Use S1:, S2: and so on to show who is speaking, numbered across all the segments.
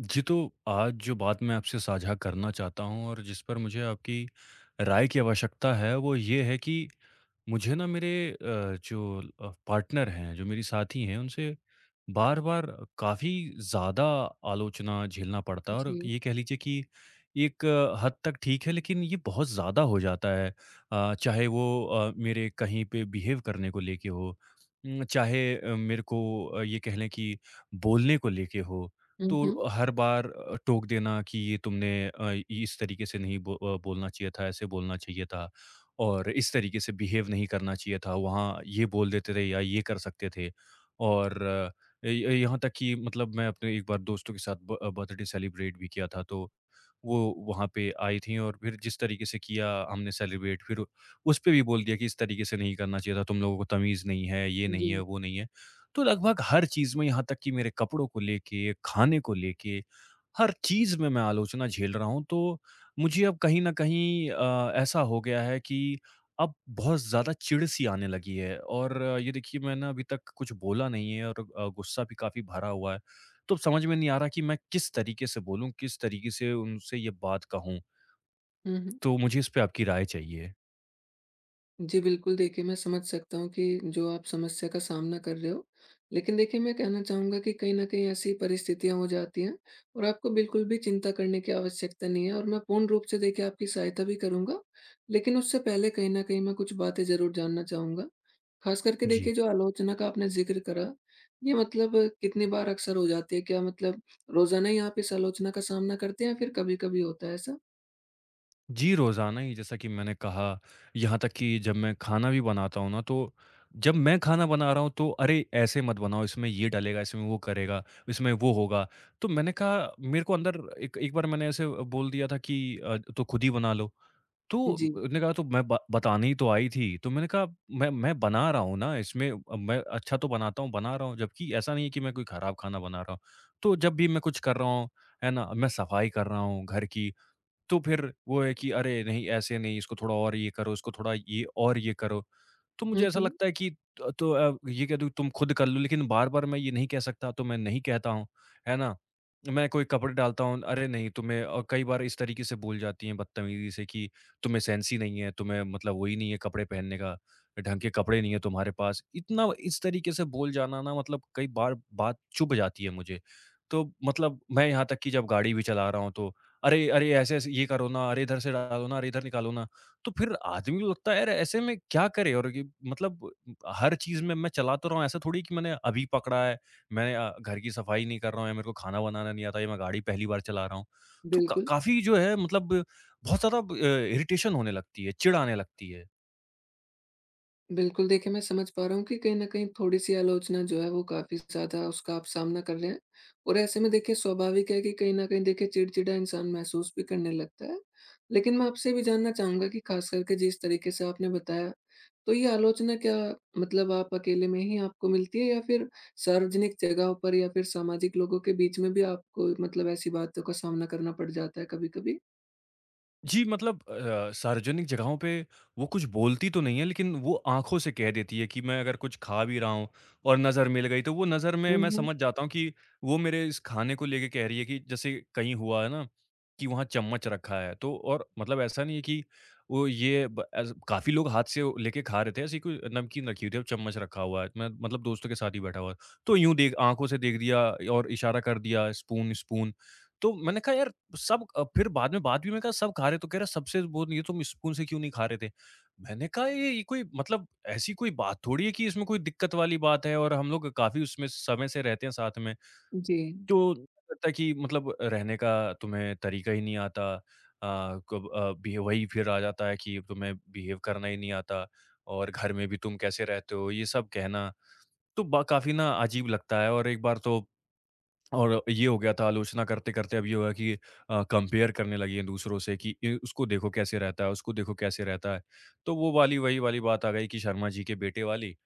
S1: जी, तो आज जो बात मैं आपसे साझा करना चाहता हूँ और जिस पर मुझे आपकी राय की आवश्यकता है, वो ये है कि मुझे ना मेरे जो पार्टनर हैं, जो मेरी साथी हैं, उनसे बार-बार काफ़ी ज़्यादा आलोचना झेलना पड़ता है और
S2: जी।
S1: ये कह लीजिए कि एक हद तक ठीक है, लेकिन ये बहुत ज़्यादा हो जाता है। चाहे वो मेरे कहीं पे बिहेव करने को लेके हो, चाहे मेरे को ये कह लें कि बोलने को लेके हो।
S2: हुँ, हुँ।
S1: तो हर बार टोक देना कि ये तुमने इस तरीके से नहीं बोलना चाहिए था, ऐसे बोलना चाहिए था और इस तरीके से बिहेव नहीं करना चाहिए था, वहाँ ये बोल देते थे या ये कर सकते थे। और य य यहाँ तक कि मतलब मैं अपने एक बार दोस्तों के साथ ब बर्थडे सेलिब्रेट भी किया था, तो वो वहाँ पे आई थीं और फिर जिस तरीके से किया हमने सेलिब्रेट, फिर उसपे भी बोल दिया कि इस तरीके से नहीं करना चाहिए था, तुम लोगों को तमीज़ नहीं है, ये नहीं है,
S2: जी।
S1: वो नहीं है। तो लगभग हर चीज़ में, यहाँ तक कि मेरे कपड़ों को लेके, खाने को लेके, हर चीज़ में मैं आलोचना झेल रहा हूँ। तो मुझे अब कहीं न कहीं ऐसा हो गया है कि अब बहुत ज़्यादा चिढ़-सी आने लगी है और ये देखिए मैंने अभी तक कुछ बोला नहीं है और गुस्सा भी काफ़ी भरा हुआ है। तो अब समझ में नहीं आ रहा कि मैं किस तरीके से बोलूँ, किस तरीके से उनसे ये बात कहूँ?
S2: हुँ, हुँ।
S1: तो मुझे इस पे आपकी राय चाहिए।
S2: जी, बिल्कुल देखिए, मैं समझ सकता हूँ कि जो आप समस्या का सामना कर रहे हो। लेकिन देखिए, मैं कहना चाहूँगा कि कहीं न कहीं ऐसी परिस्थितियाँ हो जाती हैं और आपको बिल्कुल भी चिंता करने की आवश्यकता नहीं है और मैं पूर्ण रूप से देखिए आपकी सहायता भी करूँगा। लेकिन उससे पहले कहीं न कहीं मैं कुछ बातें ज़रूर जानना चाहूँगा। ख़ास करके
S1: जी।
S2: देखिए, जो आलोचना का आपने ज़िक्र करा, ये मतलब कितनी बार अक्सर हो जाती है? क्या मतलब रोज़ाना ही आप इस आलोचना का सामना करते हैं या फिर कभी-कभी होता है ऐसा?
S1: जी, रोज़ाना ही जैसा कि मैंने कहा, यहाँ तक कि जब मैं खाना भी बनाता हूँ ना, तो जब मैं खाना बना रहा हूँ, तो अरे! ऐसे मत बनाओ, इसमें ये डलेगा, इसमें वो करेगा, इसमें वो होगा। तो मैंने कहा मेरे को अंदर एक एक बार मैंने ऐसे बोल दिया था कि "तो खुद ही बना लो।" तो
S2: जी।
S1: उसने कहा, "तो मैं ब बताने ही तो आई थी।" तो मैंने कहा, "मैं बना रहा हूँ ना, इसमें मैं अच्छा तो बनाता हूँ, बना रहा हूँ। जबकि ऐसा नहीं है कि मैं कोई खराब खाना बना रहा हूँ।" तो जब भी मैं कुछ कर रहा हूँ, है ना? मैं सफाई कर रहा हूँ घर की, तो फिर वो है कि अरे नहीं ऐसे नहीं, इसको थोड़ा और ये करो, इसको थोड़ा ये और ये करो। तो मुझे
S2: हुँ,
S1: ऐसा
S2: हुँ।
S1: लगता है कि त तो ये कह दो तुम खुद कर लो, लेकिन बार-बार मैं ये नहीं कह सकता, तो मैं नहीं कहता हूँ, है ना? मैं कोई कपड़े डालता हूँ, अरे नहीं तुम्हें, और कई बार इस तरीके से बोल जाती हैं बदतमीज़ी से कि तुम्हें सेंस ही नहीं है, तुम्हें मतलब वो ही नहीं है कपड़े पहनने का, ढंग के कपड़े नहीं है तुम्हारे पास। इतना इस तरीके से बोल जाना ना मतलब कई बार बात चुभ जाती है मुझे। तो मतलब मैं यहाँ तक कि जब गाड़ी भी चला रहा हूँ तो, "अरे! अरे! ऐसे-ऐसे ये करो ना, अरे इधर से डालो ना, अरे इधर निकालो ना।" तो फिर आदमी को लगता है यार ऐसे में क्या करे, और ये मतलब हर चीज़ में मैं चला तो रहा हूँ, ऐसा थोड़ी है कि मैंने अभी पकड़ा है, मैं घर की सफाई नहीं कर रहा हूँ या मेरे को खाना बनाना नहीं आता या मैं गाड़ी पहली बार चला रहा हूँ। तो का
S2: बिल्कुल।
S1: काफ़ी जो है मतलब बहुत ज़्यादा इरिटेशन होने लगती है, चिढ़ आने लगती है।
S2: बिल्कुल, देखिए मैं समझ पा रहा हूँ कि कहीं न कहीं थोड़ी-सी आलोचना जो है वो काफ़ी ज़्यादा उसका आप सामना कर रहे हैं। और ऐसे में देखिए, स्वाभाविक है कि कहीं न कहीं देखिए चिड़चिड़ा इंसान महसूस भी करने लगता है। लेकिन मैं आपसे भी जानना चाहूँगा कि ख़ास करके जिस तरीके से आपने बताया, तो ये आलोचना क्या मतलब आप अकेले में ही आपको मिलती है या फिर सार्वजनिक जगहों पर या फिर सामाजिक लोगों के बीच में भी आपको मतलब ऐसी बातों का सामना करना पड़ जाता है कभी-कभी?
S1: जी, मतलब सार्वजनिक जगहों पे वो कुछ बोलती तो नहीं है, लेकिन वो आँखों से कह देती है कि मैं अगर कुछ खा भी रहा हूँ और नज़र मिल गई, तो वो नज़र में
S2: हुँ,
S1: मैं
S2: हुँ।
S1: समझ जाता हूँ कि वो मेरे इस खाने को लेके कह रही है कि जैसे कहीं हुआ है ना, कि वहाँ चम्मच रखा है, तो और मतलब ऐसा नहीं है कि वो ये ब एज़ काफ़ी लोग हाथ से वो लेके खा रहे थे, ऐसी कोई नमकीन रखी हुई थी और चम्मच रखा हुआ है। मैं मतलब दोस्तों के साथ ही बैठा हुआ, तो यूँ देख, आँखों से देख दिया और इशारा कर दिया, स्पून, स्पून। तो मैंने कहा, "यार सब फिर बाद में बात भी मैं कहा सब खा रहे तो कह रहा सबसे वो नहीं, तुम स्पून से क्यों नहीं खा रहे थे? मैंने कहा ये कोई मतलब ऐसी कोई बात थोड़ी है कि इसमें कोई दिक्कत वाली बात है और हम लोग काफ़ी उसमें समय से रहते हैं साथ में।
S2: जी।
S1: तो लगता है कि मतलब रहने का तुम्हें तरीका ही नहीं आता। कब बिहे वही फिर आ जाता है कि तुम्हें बिहेव करना ही नहीं आता और घर में भी तुम कैसे रहते हो? ये सब कहना तो ब काफ़ी ना अजीब लगता है, और एक बार तो और ये हो गया था, आलोचना करते करते अब ये हुआ कि कंपेयर करने लगी हैं दूसरों से कि "ए, उसको देखो कैसे रहता है, उसको देखो कैसे रहता है।" तो वो वाली वही वाली बात आ गई कि शर्मा जी के बेटे वाली।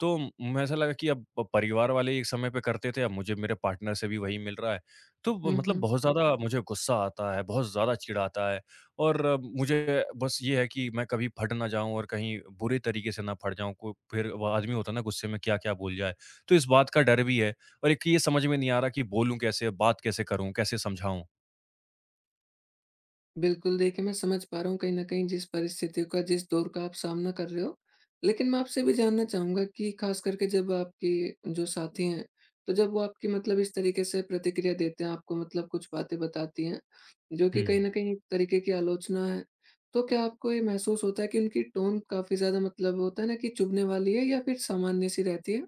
S1: तो म मुझे ऐसा लगा कि अब प परिवार वाले एक समय पे करते थे, अब मुझे मेरे पार्टनर से भी वही मिल रहा है। तो ब
S2: हम्म,
S1: मतलब
S2: हम्म।
S1: बहुत ज़्यादा मुझे गुस्सा आता है, बहुत ज़्यादा चिढ़ आता है, और मुझे बस ये है कि मैं कभी फट ना जाऊँ और कहीं बुरे तरीके से ना फट जाऊँ, को फिर वो आदमी होता है ना गुस्से में क्या-क्या बोल जाए। तो इस बात का डर भी है। और एक ये समझ में नहीं आ रहा कि बोलूँ कैसे, बात कैसे करूँ, कैसे समझाऊँ?
S2: बिल्कुल, देखिए, मैं समझ पा रहा हूँ कहीं न कहीं जिस परिस्थितियों का, जिस दौर का आप सामना कर रहे हो। लेकिन मैं आपसे भी जानना चाहूँगा कि ख़ास करके जब आपके जो साथी हैं, तो जब वो आपकी मतलब इस तरीके से प्रतिक्रिया देते हैं, आपको मतलब कुछ बातें बताती हैं, जो कि
S1: हुँ।
S2: कहीं न कहीं एक तरीके की आलोचना है। तो क्या आपको ये महसूस होता है कि उनकी टोन काफ़ी ज़्यादा मतलब होता है ना कि चुभने वाली है या फिर सामान्य सी रहती है?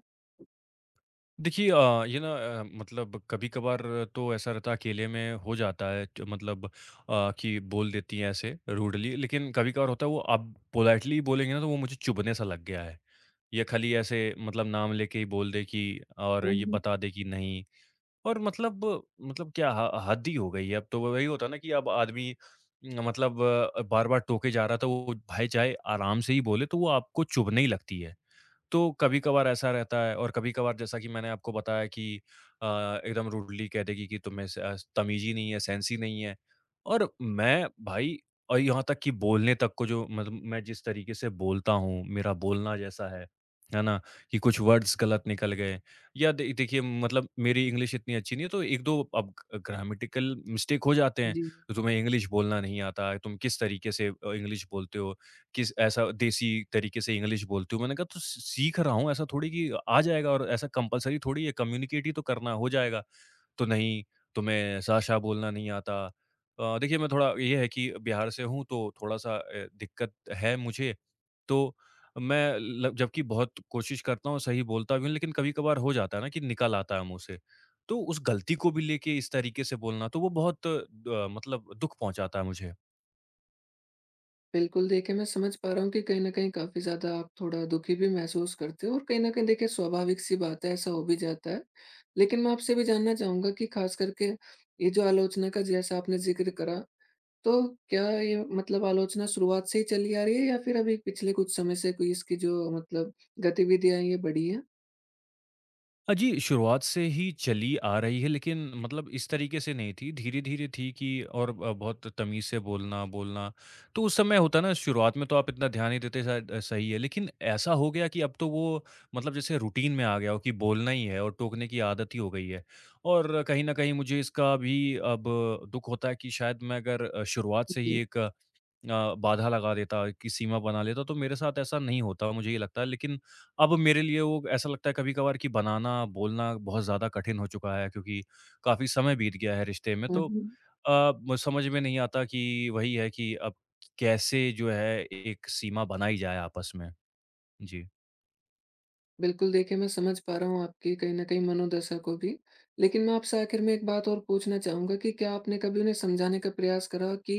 S1: देखिए ये ना, मतलब कभी-कभार तो ऐसा रहता है, अकेले में हो जाता है च मतलब कि बोल देती हैं ऐसे रूडली, लेकिन कभी-कभार होता है, वो अब पोलाइटली बोलेंगे ना तो वो मुझे चुभने सा लग गया है। या खाली ऐसे मतलब नाम लेके ही बोल दे कि और
S2: हुँ,
S1: ये
S2: हुँ।
S1: बता दे कि नहीं, और मतलब मतलब क्या ह हद ही हो गई है अब तो, वही होता है ना कि अब आदमी न, मतलब बार-बार टोके जा रहा था, वो भाई चाहे आराम से ही बोले तो वो आपको चुभने ही लगती है। तो कभी-कभार ऐसा रहता है और कभी-कभार जैसा कि मैंने आपको बताया कि अ, एकदम रूडली कह देगी कि तुम्हें तमीज़ ही नहीं है, सेंस ही नहीं है। और मैं भाई, और यहाँ तक कि बोलने तक को जो मतलब मैं जिस तरीके से बोलता हूँ, मेरा बोलना जैसा है ना? कि कुछ वर्ड्स गलत निकल गए या दे देखिए मतलब मेरी इंग्लिश इतनी अच्छी नहीं है तो 1-2 अब ग ग्रामेटिकल मिस्टेक हो जाते हैं।
S2: जी।
S1: तो तुम्हें इंग्लिश बोलना नहीं आता है, तुम किस तरीके से इंग्लिश बोलते हो। किस ऐसा देसी तरीके से इंग्लिश बोलते हो, मैंने कहा तो सीख रहा हूँ, ऐसा थोड़ी कि आ जाएगा और ऐसा कंपलसरी थोड़ी है, कम्युनिकेट ही तो करना, हो जाएगा तो नहीं तुम्हें साशा बोलना नहीं आता। देखिए मैं थोड़ा ये है कि बिहार से हूँ तो थोड़ा सा दिक्कत है मुझे, तो मैं जबकि बहुत कोशिश करता हूँ, सही बोलता भी हूँ, लेकिन कभी कभार हो जाता है ना कि निकल आता है मुंह से। तो उस गलती को भी लेके इस तरीके से बोलना तो वो बहुत मतलब दुख पहुंचाता है मुझे।
S2: बिल्कुल, देखिए, मैं समझ पा रहा हूँ कि कहीं न कहीं काफ़ी ज़्यादा आप थोड़ा दुखी भी महसूस करते हो और कहीं न कहीं देखिए स्वाभाविक-सी बात है, ऐसा हो भी जाता है। लेकिन मैं आपसे भी जानना चाहूँगा कि ख़ास करके ये जो आलोचना का जैसा आपने ज़िक्र करा, तो क्या ये मतलब आलोचना शुरुआत से ही चली आ रही है या फिर अभी पिछले कुछ समय से कोई इसकी जो मतलब गतिविधियाँ हैं, ये बढ़ी हैं?
S1: जी, शुरुआत से ही चली आ रही है, लेकिन मतलब इस तरीके से नहीं थी, धीरे-धीरे थी कि, और बहुत तमीज़ से बोलना, बोलना। तो उस समय होता है ना, शुरुआत में तो आप इतना ध्यान नहीं देते, शायद सही है, लेकिन ऐसा हो गया कि अब तो वो मतलब जैसे रूटीन में आ गया हो कि बोलना ही है और टोकने की आदत ही हो गई है। और कहीं न कहीं मुझे इसका भी अब दुःख होता है कि शायद मैं अगर शुरुआत से ही
S2: जी।
S1: एक बाधा लगा देता, की सीमा बना लेता, तो मेरे साथ ऐसा नहीं होता, मुझे ये लगता है। लेकिन अब मेरे लिए वो ऐसा लगता है कभी-कभार कि बनाना, बोलना बहुत ज़्यादा कठिन हो चुका है क्योंकि काफ़ी समय बीत गया है रिश्ते में। तो
S2: हुँ।
S1: अ, म समझ में नहीं आता कि वही है कि अब कैसे जो है एक सीमा बनाई जाए आपस में? जी।
S2: बिल्कुल, देखिए, मैं समझ पा रहा हूँ आपकी कहीं न कहीं मनोदशा को भी। लेकिन मैं आपसे आखिर में एक बात और पूछना चाहूँगा कि क्या आपने कभी उन्हें समझाने का प्रयास करा कि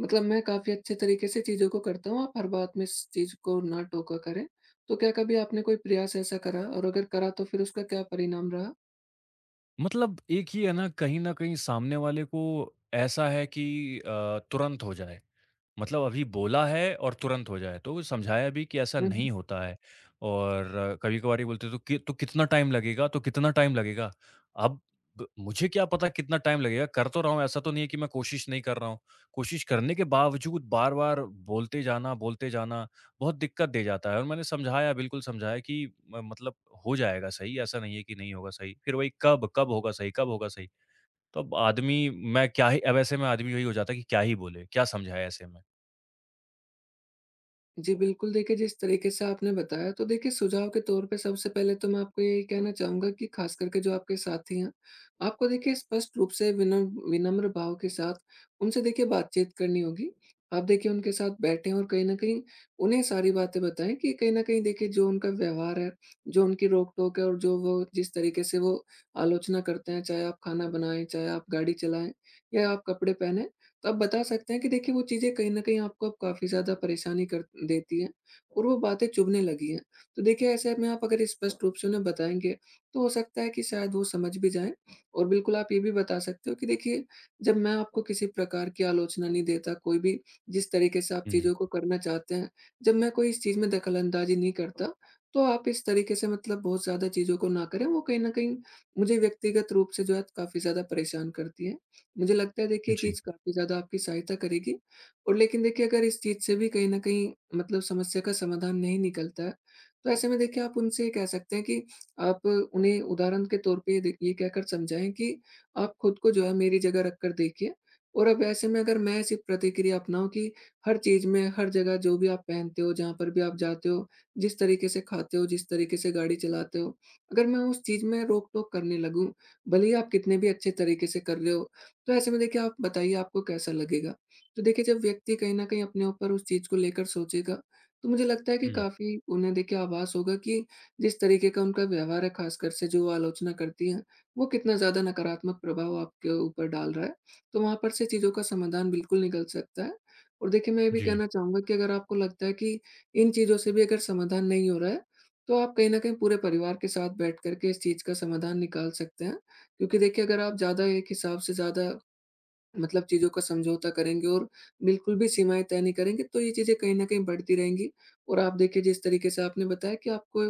S2: मतलब मैं काफ़ी अच्छे तरीके से चीज़ों को करता हूँ, आप हर बात में इस चीज़ को ना टोका करें। तो क्या कभी आपने कोई प्रयास ऐसा करा, और अगर करा तो फिर उसका क्या परिणाम रहा?
S1: मतलब एक ही है ना, कहीं न कहीं सामने वाले को ऐसा है कि तुरंत हो जाए। मतलब अभी बोला है और तुरंत हो जाए, तो समझाया भी कि ऐसा नहीं होता है और कभी-कभार ये बोलते हैं, "तो कि तो कितना टाइम लगेगा? तो कितना टाइम लगेगा?" अब ब मुझे क्या पता कितना टाइम लगेगा, कर तो रहा हूँ, ऐसा तो नहीं है कि मैं कोशिश नहीं कर रहा हूँ। कोशिश करने के बावजूद बार-बार बोलते जाना, बहुत दिक्कत दे जाता है, और मैंने समझाया, बिल्कुल समझाया कि म मतलब हो जाएगा सही, ऐसा नहीं है कि नहीं होगा सही। फिर वही कब, कब होगा सही, कब होगा सही? तो अब आदमी, मैं क्या ही अब ऐसे में आदमी वही हो जाता है कि क्या ही बोले, क्या समझाए ऐसे में?
S2: जी, बिल्कुल देखिए, जिस तरीके से आपने बताया तो देखिए सुझाव के तौर पे सबसे पहले तो मैं आपको यही कहना चाहूँगा कि ख़ास करके जो आपके साथी हैं, आपको देखिए स्पष्ट रूप से विनम्र भाव के साथ उनसे देखिए बातचीत करनी होगी। आप देखिए उनके साथ बैठें और कहीं न कहीं उन्हें सारी बातें बताएँ कि कहीं न कहीं देखिए जो उनका व्यवहार है, जो उनकी रोक-टोक है और जो वो जिस तरीके से वो आलोचना करते हैं, चाहे आप खाना बनाएँ, चाहे आप गाड़ी चलाएँ या आप कपड़े पहने, तो आप बता सकते हैं कि देखिए वो चीज़ें कहीं न कहीं आपको अब काफ़ी ज़्यादा परेशानी कर देती हैं और वो बातें चुभने लगी हैं। तो देखिए ऐसे में आप अगर स्पष्ट रूप से उन्हें बताएँगे, तो हो सकता है कि शायद वो समझ भी जाएँ। और बिल्कुल आप ये भी बता सकते हो कि देखिए, जब मैं आपको किसी प्रकार की आलोचना नहीं देता, कोई भी जिस तरीके से आप
S1: हुँ,
S2: चीज़ों को करना चाहते हैं, जब मैं कोई इस चीज़ में दखल-अंदाज़ी नहीं करता, तो आप इस तरीके से मतलब बहुत ज़्यादा चीज़ों को ना करें, वो कहीं न कहीं मुझे व्यक्तिगत रूप से जो है काफ़ी ज़्यादा परेशान करती है। मुझे लगता है देखिए ये
S1: जी।
S2: चीज़ काफ़ी ज़्यादा आपकी सहायता करेगी। और लेकिन देखिए अगर इस चीज़ से भी कहीं न कहीं मतलब समस्या का समाधान नहीं निकलता है, तो ऐसे में देखिए आप उनसे ये कह सकते हैं कि आप उन्हें उदाहरण के तौर पे ये कहकर समझाएँ कि आप खुद को जो है मेरी जगह रख कर देखिए, और अब ऐसे में अगर मैं ऐसी प्रतिक्रिया अपनाऊँ कि हर चीज़ में, हर जगह जो भी आप पहनते हो, जहाँ पर भी आप जाते हो, जिस तरीके से खाते हो, जिस तरीके से गाड़ी चलाते हो, अगर मैं उस चीज़ में रोक-टोक करने लगूँ, भले ही आप कितने भी अच्छे तरीके से कर रहे हो, तो ऐसे में देखिए आप बताइए, आपको कैसा लगेगा? तो देखिए जब व्यक्ति कहीं न कहीं अपने ऊपर उस चीज़ को लेकर सोचेगा, तो मुझे लगता है कि
S1: हुँ,
S2: काफ़ी उन्हें देखिए आभास होगा कि जिस तरीके का उनका व्यवहार है, ख़ासकर से जो वो आलोचना करती हैं, वो कितना ज़्यादा नकारात्मक प्रभाव आपके ऊपर डाल रहा है। तो वहाँ पर से चीज़ों का समाधान बिल्कुल निकल सकता है। और देखिए मैं ये भी
S1: जी।
S2: कहना चाहूँगा कि अगर आपको लगता है कि इन चीज़ों से भी अगर समाधान नहीं हो रहा है, तो आप कहीं न कहीं पूरे परिवार के साथ बैठ कर के इस चीज़ का समाधान निकाल सकते हैं। क्योंकि देखिए अगर आप ज़्यादा एक हिसाब से ज़्यादा मतलब चीज़ों का समझौता करेंगे और बिल्कुल भी सीमाएँ तय नहीं करेंगे, तो ये चीज़ें कहीं न कहीं बढ़ती रहेंगी। और आप देखिए जिस तरीके से आपने बताया कि आपको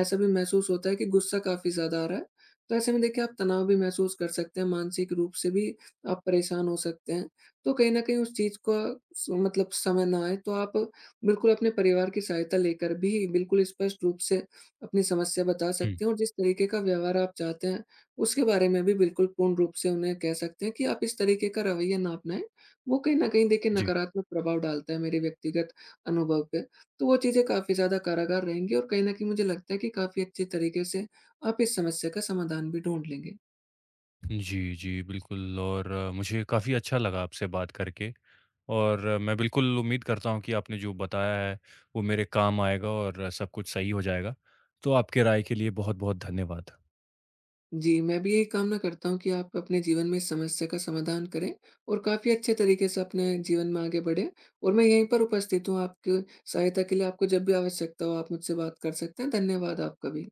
S2: ऐसा भी महसूस होता है कि गुस्सा काफ़ी ज़्यादा आ रहा है, तो ऐसे में देखिए आप तनाव भी महसूस कर सकते हैं, मानसिक रूप से भी आप परेशान हो सकते हैं। तो कहीं न कहीं उस चीज़ का स मतलब समय ना आए, तो आप बिल्कुल अपने परिवार की सहायता लेकर भी बिल्कुल स्पष्ट रूप से अपनी समस्या बता
S1: हुँ,
S2: सकते हैं, और जिस तरीके का व्यवहार आप चाहते हैं उसके बारे में भी बिल्कुल पूर्ण रूप से उन्हें कह सकते हैं कि आप इस तरीके का रवैया ना अपनाएँ। वो कहीं न कहीं देखिए
S1: जी।
S2: नकारात्मक प्रभाव डालता है मेरे व्यक्तिगत अनुभव पे। तो वो चीज़ें काफ़ी ज़्यादा कारागार रहेंगी और कहीं न कहीं मुझे लगता है कि काफ़ी अच्छे तरीके से आप इस समस्या का समाधान भी ढूँढ लेंगे।
S1: जी, जी, बिल्कुल, और मुझे काफ़ी अच्छा लगा आपसे बात करके, और मैं बिल्कुल उम्मीद करता हूँ कि आपने जो बताया है, वो मेरे काम आएगा और सब कुछ सही हो जाएगा। तो आपके राय के लिए बहुत-बहुत धन्यवाद।
S2: जी, मैं भी यही कामना करता हूँ कि आप अपने जीवन में इस समस्या का समाधान करें और काफ़ी अच्छे तरीके से अपने जीवन में आगे बढ़ें और मैं यहीं पर उपस्थित हूँ आपकी सहायता के लिए। आपको जब भी आवश्यकता हो आप मुझसे बात कर सकते हैं। धन्यवाद आपका भी।